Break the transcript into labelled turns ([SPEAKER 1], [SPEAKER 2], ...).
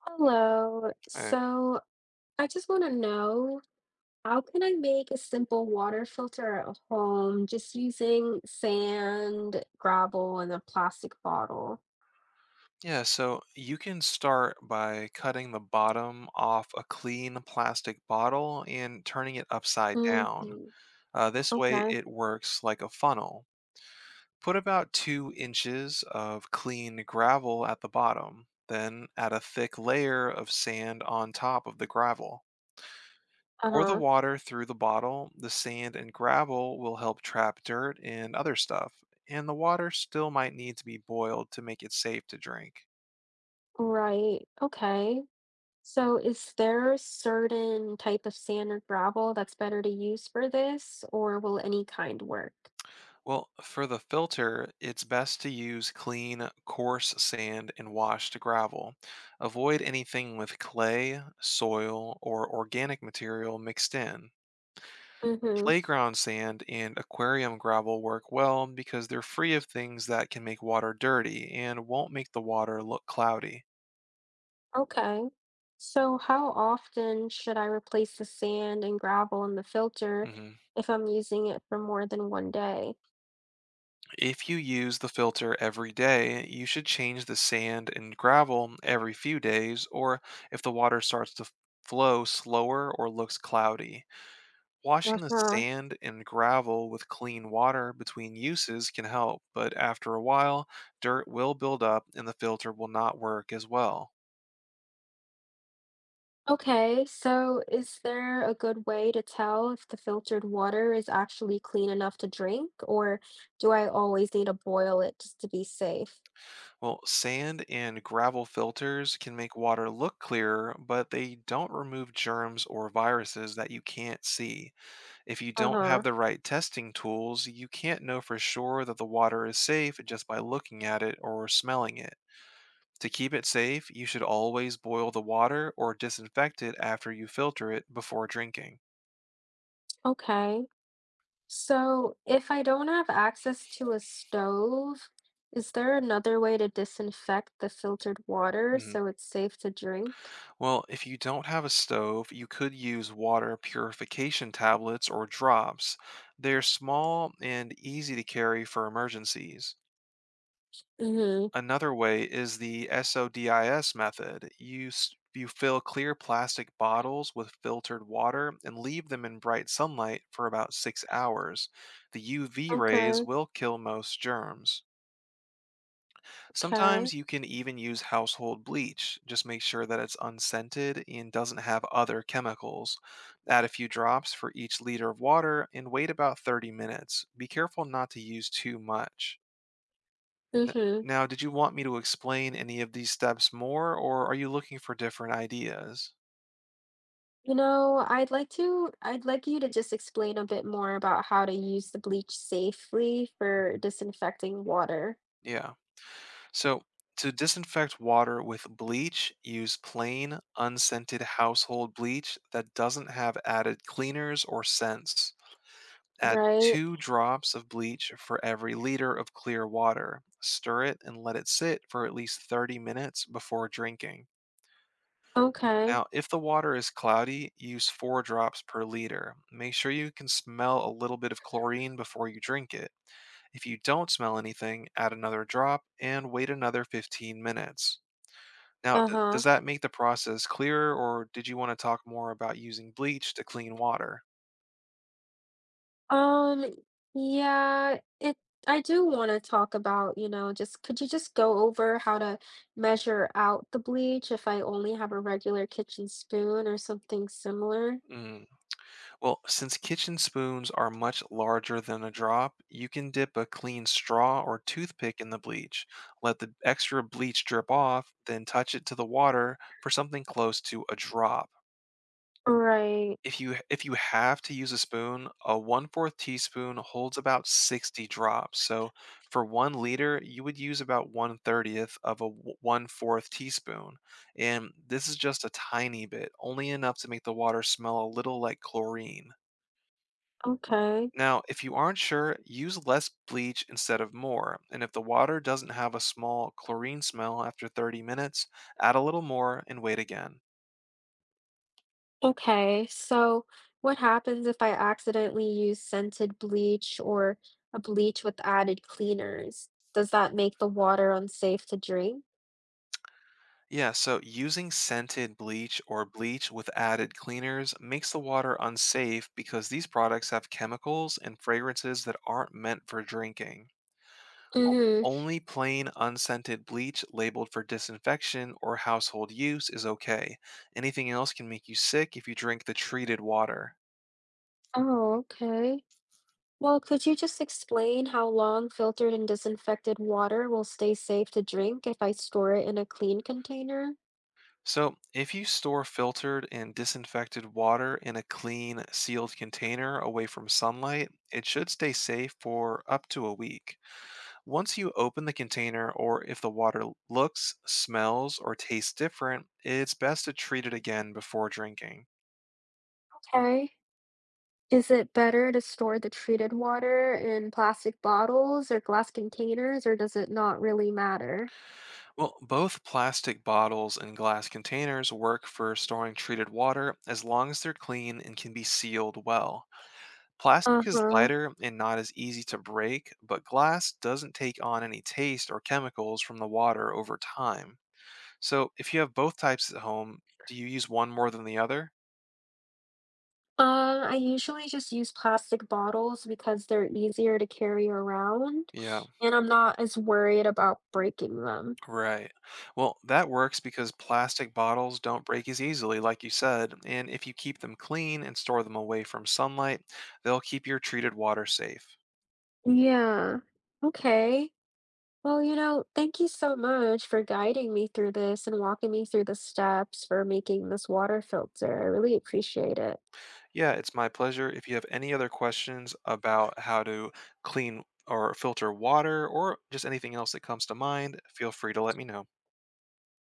[SPEAKER 1] Hello.
[SPEAKER 2] Right.
[SPEAKER 1] So I just want to know how can I make a simple water filter at home just using sand, gravel, and a plastic bottle?
[SPEAKER 2] Yeah, so you can start by cutting the bottom off a clean plastic bottle and turning it upside down.
[SPEAKER 1] Hmm.
[SPEAKER 2] This way,
[SPEAKER 1] Okay.
[SPEAKER 2] it works like a funnel. Put about 2 inches of clean gravel at the bottom, then add a thick layer of sand on top of the gravel. Pour the
[SPEAKER 1] Uh-huh.
[SPEAKER 2] water through the bottle. The sand and gravel will help trap dirt and other stuff, and the water still might need to be boiled to make it safe to drink.
[SPEAKER 1] Right. Okay. So is there a certain type of sand or gravel that's better to use for this, or will any kind work?
[SPEAKER 2] Well, for the filter, it's best to use clean, coarse sand and washed gravel. Avoid anything with clay, soil, or organic material mixed in.
[SPEAKER 1] Mm-hmm.
[SPEAKER 2] Playground sand and aquarium gravel work well because they're free of things that can make water dirty and won't make the water look cloudy.
[SPEAKER 1] Okay. So how often should I replace the sand and gravel in the filter
[SPEAKER 2] Mhm.
[SPEAKER 1] if I'm using it for more than one day?
[SPEAKER 2] If you use the filter every day, you should change the sand and gravel every few days, or if the water starts to flow slower or looks cloudy. Washing the
[SPEAKER 1] Uh-huh.
[SPEAKER 2] sand and gravel with clean water between uses can help, but after a while, dirt will build up and the filter will not work as well.
[SPEAKER 1] Okay, so is there a good way to tell if the filtered water is actually clean enough to drink, or do I always need to boil it just to be safe?
[SPEAKER 2] Well, sand and gravel filters can make water look clearer, but they don't remove germs or viruses that you can't see. If you don't
[SPEAKER 1] Uh-huh.
[SPEAKER 2] have the right testing tools, you can't know for sure that the water is safe just by looking at it or smelling it. To keep it safe, you should always boil the water or disinfect it after you filter it before drinking.
[SPEAKER 1] Okay. So if I don't have access to a stove, is there another way to disinfect the filtered water
[SPEAKER 2] Mhm.
[SPEAKER 1] so it's safe to drink?
[SPEAKER 2] Well, if you don't have a stove, you could use water purification tablets or drops. They're small and easy to carry for emergencies.
[SPEAKER 1] Mhm.
[SPEAKER 2] Another way is the SODIS method. You fill clear plastic bottles with filtered water and leave them in bright sunlight for about 6 hours. The UV rays
[SPEAKER 1] Okay,
[SPEAKER 2] will kill most germs.
[SPEAKER 1] okay.
[SPEAKER 2] Sometimes you can even use household bleach. Just make sure that it's unscented and doesn't have other chemicals. Add a few drops for each liter of water and wait about 30 minutes. Be careful not to use too much. N
[SPEAKER 1] Mhm.
[SPEAKER 2] now, did you want me to explain any of these steps more, or are you looking for different ideas?
[SPEAKER 1] You know, I'd like you to just explain a bit more about how to use the bleach safely for
[SPEAKER 2] Mhm.
[SPEAKER 1] disinfecting water,
[SPEAKER 2] Yeah. So, to disinfect water with bleach, use plain, unscented household bleach that doesn't have added cleaners or scents. Add
[SPEAKER 1] right?
[SPEAKER 2] two drops of bleach for every liter of clear water. Stir it and let it sit for at least 30 minutes before drinking.
[SPEAKER 1] Okay.
[SPEAKER 2] Now, if the water is cloudy, use four drops per liter. Make sure you can smell a little bit of chlorine before you drink it. If you don't smell anything, add another drop and wait another 15 minutes. Now,
[SPEAKER 1] Uh-huh.
[SPEAKER 2] does that make the process clearer, or did you want to talk more about using bleach to clean water?
[SPEAKER 1] Um, yeah, it I do want to talk about, just could you just go over how to measure out the bleach if I only have a regular kitchen spoon or something similar?
[SPEAKER 2] Mm, Well, since kitchen spoons are much larger than a drop, you can dip a clean straw or toothpick in the bleach. Let the extra bleach drip off, then touch it to the water for something close to a drop.
[SPEAKER 1] Right.
[SPEAKER 2] If you have to use a spoon, a one-fourth teaspoon holds about 60 drops. So for 1 liter, you would use about one thirtieth of a one-fourth teaspoon. And this is just a tiny bit, only enough to make the water smell a little like chlorine.
[SPEAKER 1] Okay.
[SPEAKER 2] Now, if you aren't sure, use less bleach instead of more. And if the water doesn't have a small chlorine smell after 30 minutes, add a little more and wait again.
[SPEAKER 1] Okay, so what happens if I accidentally use scented bleach or a bleach with added cleaners? Does that make the water unsafe to drink?
[SPEAKER 2] Yeah, so using scented bleach or bleach with added cleaners makes the water unsafe because these products have chemicals and fragrances that aren't meant for drinking. O-
[SPEAKER 1] Mm-hmm.
[SPEAKER 2] Only plain unscented bleach labeled for disinfection or household use is okay. Anything else can make you sick if you drink the treated water.
[SPEAKER 1] Oh, okay. Well, could you just explain how long filtered and disinfected water will stay safe to drink if I store it in a clean container?
[SPEAKER 2] So, if you store filtered and disinfected water in a clean, sealed container away from sunlight, it should stay safe for up to a week. Once you open the container, or if the water looks, smells, or tastes different, it's best to treat it again before drinking.
[SPEAKER 1] Okay. Is it better to store the treated water in plastic bottles or glass containers, or does it not really matter?
[SPEAKER 2] Well, both plastic bottles and glass containers work for storing treated water as long as they're clean and can be sealed well. Plastic is
[SPEAKER 1] Uh-huh.
[SPEAKER 2] lighter and not as easy to break, but glass doesn't take on any taste or chemicals from the water over time. So, if you have both types at home, do you use one more than the other?
[SPEAKER 1] I usually just use plastic bottles because they're easier to carry around,
[SPEAKER 2] Yeah,
[SPEAKER 1] and I'm not as worried about breaking them.
[SPEAKER 2] right. Well, that works because plastic bottles don't break as easily, like you said, and if you keep them clean and store them away from sunlight, they'll keep your treated water safe.
[SPEAKER 1] Yeah. Okay. Well, thank you so much for guiding me through this and walking me through the steps for making this water filter. I really appreciate it.
[SPEAKER 2] Yeah, it's my pleasure. If you have any other questions about how to clean or filter water or just anything else that comes to mind, feel free to let me know.